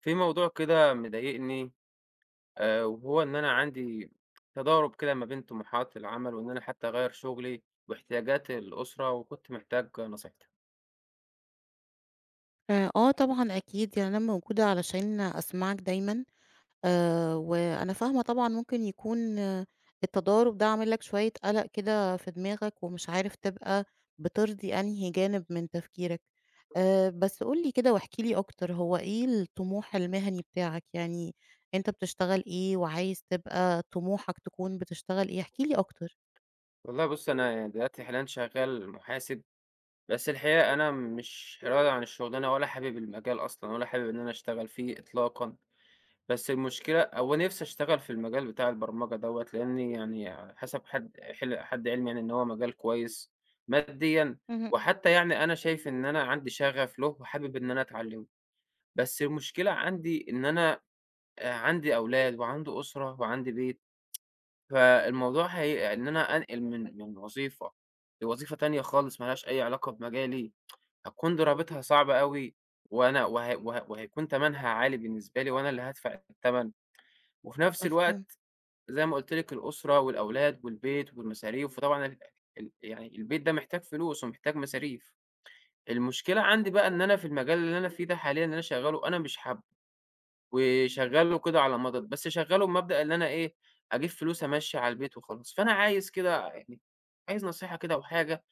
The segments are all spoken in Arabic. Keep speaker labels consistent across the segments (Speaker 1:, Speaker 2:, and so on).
Speaker 1: في موضوع كده مضايقني. وهو إن أنا عندي تضارب كده ما بين طموحات العمل وإن أنا حتى أغير شغلي واحتياجات الأسرة وكنت محتاج نصيحتك.
Speaker 2: آه طبعًا أكيد، يعني أنا موجودة علشان أسمعك دايمًا، وأنا فاهمة طبعًا ممكن يكون التضارب ده عامل لك شوية قَلَق كده في دماغك ومش عارف تبقى بترضي أنهي جانب من تفكيرك. بس قُل لي كده واحكِ لي أكتر، هو إيه الطموح المهني بتاعك؟ يعني أنت بتشتغل إيه وعايز تبقى طموحك تكون بتشتغل إيه؟ احكِ لي أكتر.
Speaker 1: والله بص، أنا يعني دلوقتي حاليا شغال محاسب، بس الحقيقة أنا مش راضي عن الشغلانة ولا حابب المجال أصلا ولا حابب إن أنا أشتغل فيه إطلاقا. بس المشكلة هو نِفْسي أشتغل في المجال بتاع البرمجة دوّة، لإني يعني حسب حد حل حد علمي يعني إن هو مجال كويس ماديًا،
Speaker 2: اهم.
Speaker 1: وحتى يعني أنا شايف إن أنا عندي شغف له وحابب إن أنا أتعلّمه، بس المشكلة عندي إن أنا عندي أولاد وعندي أسرة وعندي بيت، فالموضوع هي إن أنا أنقل من وظيفة لوظيفة تانية خالص ما لهاش أي علاقة بمجالي، هتكون ضرابتها صعبة أوي، وأنا وه وه وهيكون تمنها عالي بالنسبة لي وأنا اللي هادفع التمن، وفي نَفْس
Speaker 2: مفهوم،
Speaker 1: الوقت زي ما قُلت لِك، الأسرة والأولاد والبيت والمصاريف، وطبعًا ال ال يعني البيت ده محتاج فلوس ومحتاج مصاريف. المشكلة عندي بقى إن أنا في المجال اللي أنا فيه ده حاليًا اللي أنا شغّاله أنا مش حابّه، وشغّاله كده على مضض، بس شغّاله بمبدأ إن أنا إيه، أجيب فلوس أمشّي على البيت وخلاص. فأنا عايز كده، يعني عايز نصيحة كده أو حاجة،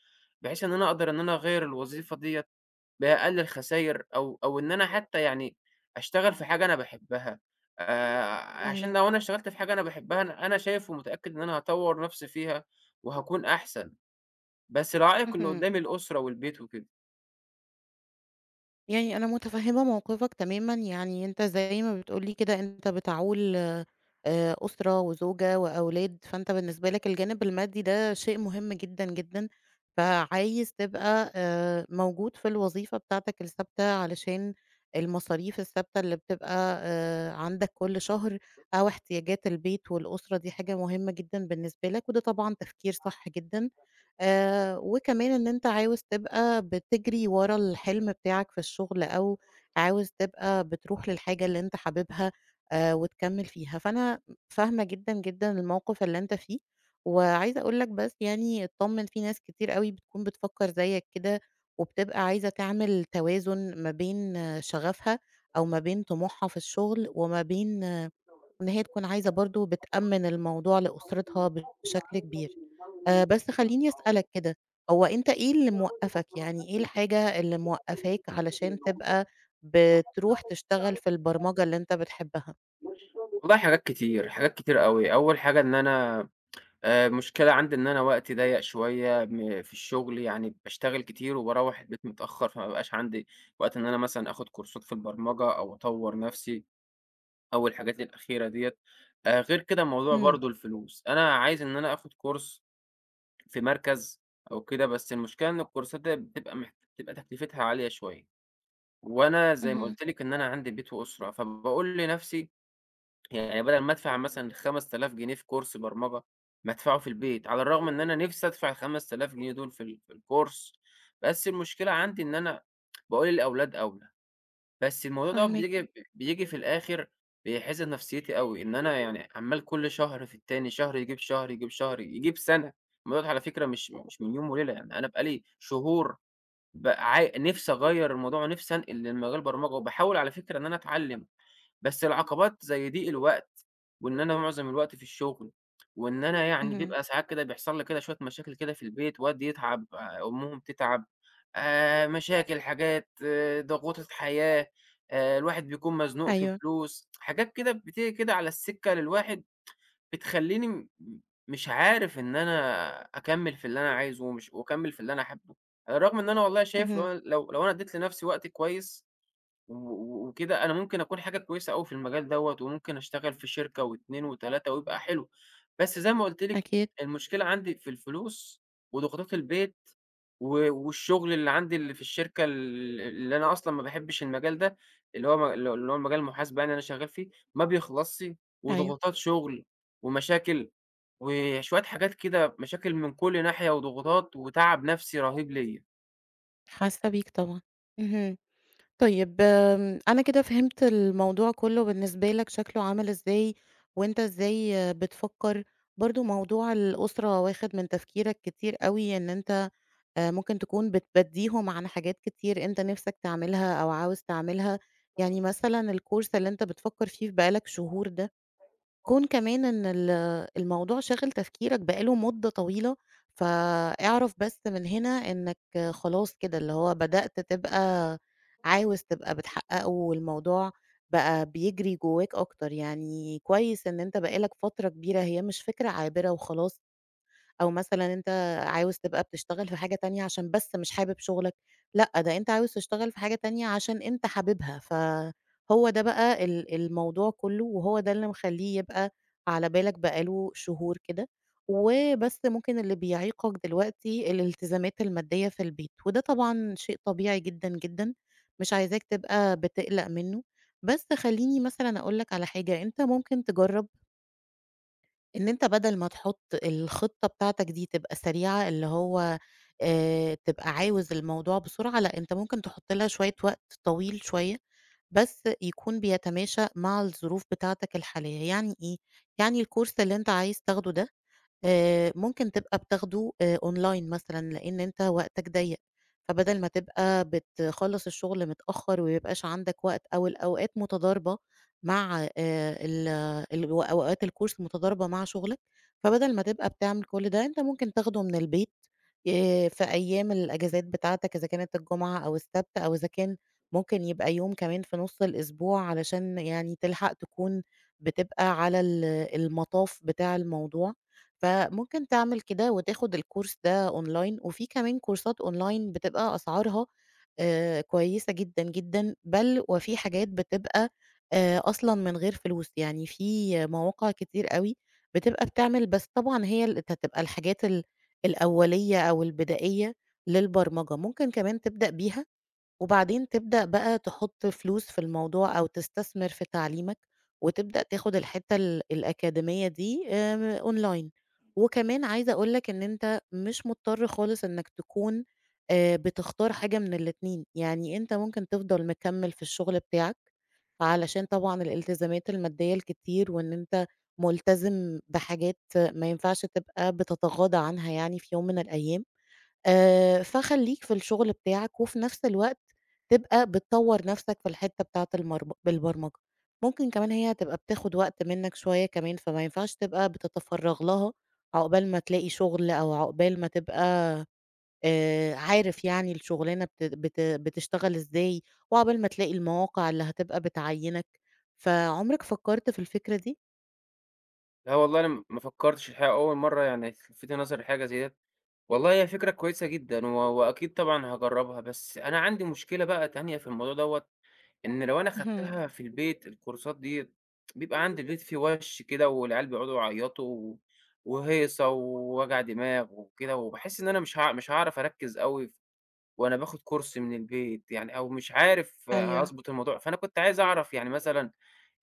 Speaker 1: بحيث إن أنا أقدر إن أنا أغيّر الوظيفة ديّة بأقل الخساير، أو إن أنا حتى يعني أشتغل في حاجة أنا باحبها. آآ، عشان
Speaker 2: تمام.
Speaker 1: لو أنا اشتغلت في حاجة أنا باحبها، أنا شايف ومتأكد إن أنا هاطوّر نفسي فيها وهاكون أحسن، بس العائق اللي
Speaker 2: اهم.
Speaker 1: قدّامي الأسرة والبيت وكده.
Speaker 2: يعني أنا متفهمة موقفك تمامًا، يعني أنت زي ما بتقول لي كده أنت بتعول أسرة وزوجة وأولاد، فأنت بالنسبة لك الجانب المادي ده شيء مهم جدًا، جدًا، فعايز تبقى موجود في الوظيفة بتاعتك الثابتة علشان المصاريف الثابتة اللي بتبقى عندك كل شهر أو احتياجات البيت والأسرة دي حاجة مهمة جدًا بالنسبة لك، وده طبعًا تفكير صح جدًا. وكمان إن أنت عاوز تبقى بتجري ورا الحلم بتاعك في الشغل أو عاوز تبقى بتروح للحاجة اللي أنت حاببها وتكمّل فيها، فأنا فاهمة جدًا، جدًا الموقِف اللي أنت فيه، وعايزة أقول لك بس يعني اتطمّن في ناس كتير أوي بتكون بتفكّر زيّك كده وبتبقى عايزة تعمل توازن ما بين شغفها أو ما بين طموحها في الشغل وما بين إن هي تكون عايزة برضه بتأمِّن الموضوع لأسرتها بشكل كبير. بس خلّيني أسألك كده، هو أنت إيه اللي موقّفك، يعني إيه الحاجة اللي موقّفاك علشان تبقى بتروح تشتغل في البرمجة اللي أنت بتحبها؟
Speaker 1: والله حاجات كتير، حاجات كتير أوي. أول حاجة إن أنا، مشكلة عندي إن أنا وقتي ضيّق شوية في الشغل، يعني باشتغل كتير وباروّح البيت متأخر، فما بيبقاش عندي وقت إن أنا مثلًا آخد كورسات في البرمجة أو أطوّر نفسي. أول الحاجات الأخيرة ديّة. غير كده موضوع
Speaker 2: إمم،
Speaker 1: برضه الفلوس، أنا عايز إن أنا آخد كورس في مركز أو كده، بس المشكلة إن الكورسات ديّة بتبقى تكلفتها عالية شوية، وأنا زي ما
Speaker 2: اهم،
Speaker 1: قُلت لِك إن أنا عندي بيت وأسرة، فباقول لنفسي يعني بدل ما أدفع مثلًا 5000 جنيه في كورس برمجة، ما أدفعه في البيت، على الرغم إن أنا نفسي أدفع ال5000 جنيه دول في الكورس، بس المشكلة عندي إن أنا باقول للأولاد أولى. بس الموضوع دوّة
Speaker 2: فاهماك،
Speaker 1: بييجي في الآخر بيحِزن نفسيتي أوي، إن أنا يعني عمّال كل شهر في التاني، شهر يجيب شهر، يجيب شهر، يجيب سَنة. الموضوع ده على فكرة مش من يوم وليلة، يعني أنا بقى لي شهور ب عا نِفْسي أغيّر الموضوع، نِفْسي أنقل لمجال البرمجة وباحاول على فكرة إن أنا أتعلّم. بس العقبات زي دي الوقت، وإن أنا معظم الوقت في الشغل، وإن أنا يعني
Speaker 2: اهم،
Speaker 1: بيبقى ساعات كده بيحصل لي كده شوية مشاكل كده في البيت، والدي يتعب، أمهم تتعب، مشاكل، حاجات، ضغوط الحياة، الواحد بيكون مزنوق في
Speaker 2: أيوه،
Speaker 1: فلوس، حاجات كده بتيجي كده على السكة للواحد، بتخلّيني مش عارف إن أنا أكمّل في اللي أنا عايزه، وأكمّل في اللي أنا حابه، على الرغم إن أنا والله شايف لو
Speaker 2: اهم،
Speaker 1: أنا، لو لو أنا ادّيت لنفسي وقت كويس و و وكده أنا ممكن أكون حاجة كويسة أوي في المجال دوّة، وممكن أشتغل في شركة و2 و3 ويبقى حلو، بس زي ما قُلت لِك
Speaker 2: أكيد،
Speaker 1: المشكلة عندي في الفلوس، وضغوطات البيت، والشغل اللي عندي اللي في الشركة اللي أنا أصلًا ما باحبش المجال ده، اللي هو مجال المحاسبة يعني أنا شغال فيه، ما بيخلصش،
Speaker 2: أيوه.
Speaker 1: وضغوطات شغل، ومشاكل، وشوية حاجات كده مشاكل من كل ناحية، وضغوطات وتعب نفسي رهيب ليّا.
Speaker 2: حاسة بيك طبعًا. اهم. طيب آمم، أنا كده فهمت الموضوع كلّه بالنسبة لك شكله عامل إزاي، وأنت إزاي آه، بتفكّر، برضه موضوع الأسرة واخد من تفكيرك كتير أوي إن أنت ممكن تكون بتبدّيهم عن حاجات كتير أنت نِفْسك تعملها أو عاوز تعملها، يعني مثلًا الcourse اللي أنت بتفكّر فيه بقى لك شهور ده كون كمان إن ال الموضوع شاغل تفكيرك بقى له مدة طويلة، فاعرف بس من هنا إنك خلاص كده، اللي هو بدأت تبقى عاوز تبقى بتحقّقه والموضوع بقى بيجري جواك أكتر، يعني كويس إن أنت بقى لك فترة كبيرة هي مش فكرة عابرة وخلاص أو مثلًا أنت عاوز تبقى بتشتغل في حاجة تانية عشان بس مش حابب شغلك، لأ، ده أنت عاوز تشتغل في حاجة تانية عشان أنت حاببها، فهو ده بقى الموضوع كلّه، وهو ده اللي مخلّيه يبقى على بالك بقى له شهور كده، وبس ممكن اللي بيعيقك دلوقتي الالتزامات المادية في البيت، وده طبعًا شيء طبيعي جدًا، جدًا، مش عايزاك تبقى بتقلق منّه، بس خلّيني مثلًا أقول لك على حاجة، أنت ممكن تجرّب إن أنت بدل ما تحط الخطة بتاعتك دي تبقى سريعة، اللي هو تبقى عاوز الموضوع بسرعة، لأ، أنت ممكن تحط لها شوية وقت طويل شوية، بس يكون بيتماشى مع الظروف بتاعتك الحالية. يعني إيه؟ يعني الcourse اللي أنت عايز تاخده ده ممكن تبقى بتاخده online مثلًا، لإن أنت وقتك ضيّق، فبدل ما تبقى بتخلّص الشغل متأخّر وما يبقاش عندك وقت أو الأوقات متضاربة مع ال ال أوقات الcourse متضاربة مع شغلك، فبدل ما تبقى بتعمل كل ده، أنت ممكن تاخده من البيت في أيام الأجازات بتاعتك إذا كانت الجمعة أو السبت أو إذا كان ممكن يبقى يوم كمان في نُص الأسبوع علشان يعني تلحق تكون بتبقى على المطاف بتاع الموضوع. فممكن تعمل كده وتاخد الكورس ده أونلاين، وفي كمان كورسات أونلاين بتبقى أسعارها كويسة جدًا، جدًا، بل وفي حاجات بتبقى أصلًا من غير فلوس، يعني في مواقع كتير أوي بتبقى بتعمل بس طبعًا هي هتبقى الحاجات الأولية أو البدائية للبرمجة، ممكن كمان تبدأ بيها وبعدين تبدأ بقى تحط فلوس في الموضوع أو تستثمر في تعليمك، وتبدأ تاخد الحتّة الأكاديمية دي أونلاين، وكمان عايزة أقول لك إن أنت مش مضطر خالص إنك تكون بتختار حاجة من الاتنين، يعني أنت ممكن تفضل مكمّل في الشغل بتاعك، علشان طبعًا الالتزامات المادية الكتير وإن أنت ملتزم بحاجات ما ينفعش تبقى بتتغاضى عنها يعني في يوم من الأيام. فخلّيك في الشغل بتاعك، وفي نفس الوقت تبقى بتطوّر نفسك في الحتّة بتاعة البرمجة. ممكن كمان هي هتبقى بتاخد وقت منّك شوية كمان، فما ينفعش تبقى بتتفرّغ لها عقبال ما تلاقي شغل، أو عقبال ما تبقى عارف يعني الشغلانة بت بت بتشتغل إزاي، وعقبال ما تلاقي المواقع اللي هتبقى بتعيّنك. فعمرك فكّرت في الفكرة دي؟
Speaker 1: لا والله أنا ما فكرتش، الحقيقة أول مرّة يعني تلفتِ نظري لحاجة زي ديّة. والله هي فكرة كويسة جدًا، وأكيد طبعًا هاجرّبها، بس أنا عندي مشكلة بقى تانية في الموضوع دوّة، إن لو أنا
Speaker 2: اهم،
Speaker 1: خدتها في البيت الكورسات ديّة، بيبقى عند البيت في وَش كده، والعيال بيقعدوا يعيّطوا و وهيصة ووجع دماغ وكده، وباحس إن أنا مش هاعرف أركّز أوي، وأنا باخد كورس من البيت يعني، أو مش عارف
Speaker 2: أيوه،
Speaker 1: هاضبط الموضوع، فأنا كنت عايز أعرف يعني مثلًا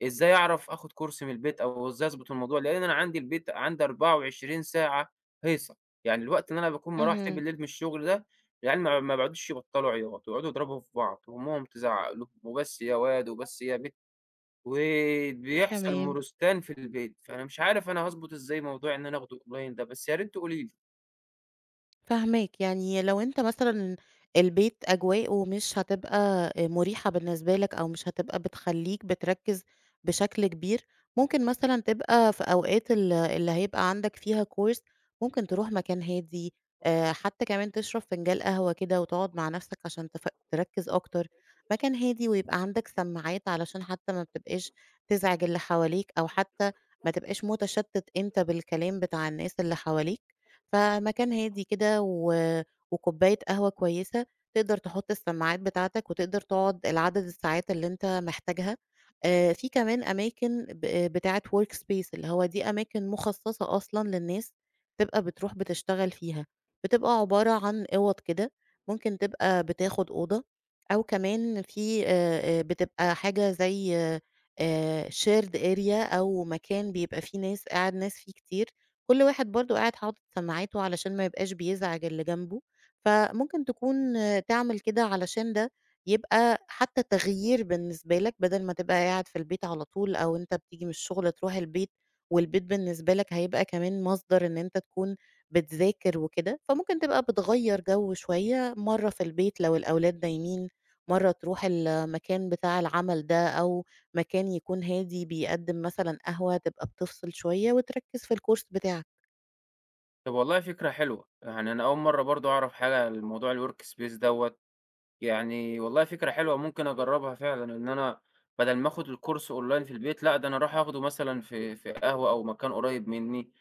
Speaker 1: إزاي أعرف آخُد كورس من البيت، أو إزاي أضبط الموضوع؟ لإن أنا عندي البيت عندي 24 ساعة هيصة، يعني الوقت اللي أنا باكون مروّح فيه
Speaker 2: اهم،
Speaker 1: بالليل من الشغل ده، العيال ما بيقعدوش يبطّلوا عياط، ويقعدوا يضربوا في بعض، وأمهم تزعّق لهم، وبس يا واد وبس يا بنت، وبيحصل
Speaker 2: تمام.
Speaker 1: مُرُستان في البيت، فأنا مش عارف أنا هاضبط إزاي موضوع إن أنا آخده أونلاين ده، بس يا ريت تقولي لي.
Speaker 2: فاهماك، يعني لو أنت مثلًا البيت أجواءه مش هتبقى مُريحة بالنسبة لك أو مش هتبقى بتخلّيك بتركّز بشكل كبير، ممكن مثلًا تبقى في أوقات اللي هيبقى عندك فيها course ممكن تروح مكان هادي، حتى كمان تشرب فنجان قهوة كده وتقعد مع نَفْسك عشان تركّز أكتر، مكان هادي ويبقى عندك سماعات علشان حتى ما بتبقاش تزعج اللي حواليك أو حتى ما تبقاش متشتِّت أنت بالكلام بتاع الناس اللي حواليك. فمكان هادي كده وكوباية قهوة كويسة، تقدر تحُط السماعات بتاعتك وتقدر تقعد العدد الساعات اللي أنت محتاجها. في كمان أماكن بتاعة workspace اللي هو دي أماكن مخصصة أصلًا للناس تبقى بتروح بتشتغل فيها، بتبقى عبارة عن أوَض كده، ممكن تبقى بتاخد أوضة أو كمان في بتبقى حاجة زي shared area أو مكان بيبقى فيه ناس فيه كتير. كل واحد برضه قاعد حاطط سماعاته علشان ما يبقاش بيزعج اللي جنبه، فممكن تكون آه، تعمل كده علشان ده يبقى حتى تغيير بالنسبة لك، بدل ما تبقى قاعد في البيت على طول أو أنت بتيجي من الشغل تروح البيت، والبيت بالنسبة لك هيبقى كمان مصدر إن أنت تكون بتذاكر وكده، فممكن تبقى بتغيّر جو شوية، مرّة في البيت لو الأولاد نايمين، مرّة تروح المكان بتاع العمل ده أو مكان يكون هادي بيقدّم مثلًا قهوة تبقى بتفصل شوية وتركّز في الcourse بتاعك.
Speaker 1: طَب والله فكرة حلوة، يعني أنا أول مرّة برضه أعرف حاجة عن الموضوع الwork space دوّة، يعني والله فكرة حلوة ممكن أجرّبها فعلًا، إن أنا بدل ما آخُد الكورس أونلاين في البيت، لأ، ده أنا أروح آخده مثلًا في قهوة أو مكان قريب منّي،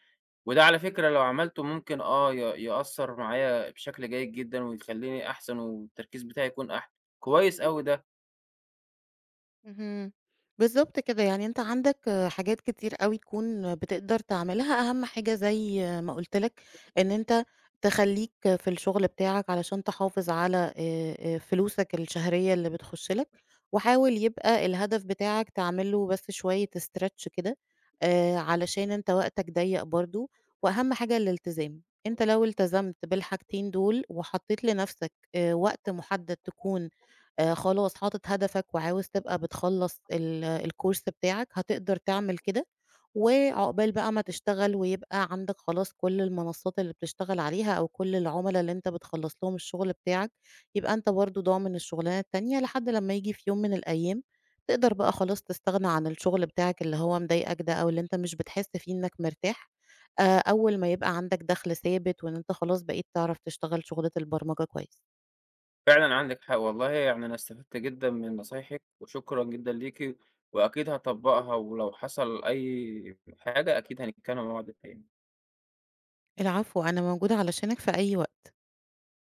Speaker 1: وده على فكرة لو عملته ممكن آه ي يأثّر معايا بشكل جيد جدًا ويخلّيني أحسن، والتركيز بتاعي يكون أحسن، كويس أوي ده.
Speaker 2: اهم. بالضبط كده، يعني أنت عندك آه، حاجات كتير أوي تكون آه، بتقدر تعملها، أهم حاجة زي آه، ما قُلت لك إن أنت تخلّيك آه، في الشغل بتاعك علشان تحافظ على فلوسك الشهرية اللي بتخش لك، وحاول يبقى الهدف بتاعك تعمل له بس شوية stretch كده علشان أنت وقتك ضيّق برضه، وأهم حاجة الالتزام، أنت لو التزمت بالحاجتين دول وحطيت لنفسك وقت محدد تكون خلاص حاطط هدفك وعاوز تبقى بتخلّص الcourse بتاعك، هتقدر تعمل كده، وعقبال بقى ما تشتغل ويبقى عندك خلاص كل المنصات اللي بتشتغل عليها أو كل العُملا اللي أنت بتخلّص لهم الشغل بتاعك، يبقى أنت برضه ضامن الشغلانة التانية لحد لمّا ييجي في يوم من الأيام تقدر بقى خلاص تستغنى عن الشغل بتاعك اللي هو مضايقك ده أو اللي أنت مش بتحس فيه إنك مرتاح، أول ما يبقى عندك دخْل ثابت وإن أنت خلاص بقيت تعرف تشتغل شغلة البرمجة كويس.
Speaker 1: فعلًا عندِك حق والله، يعني أنا استفدت جدًا من نصايحِك وشكرًا جدًا ليكِ، وأكيد هاطبّقها، ولو حصل أي حاجة أكيد هنتكلّم مع بعض تاني.
Speaker 2: العفو أنا موجودة علشانك في أي وقت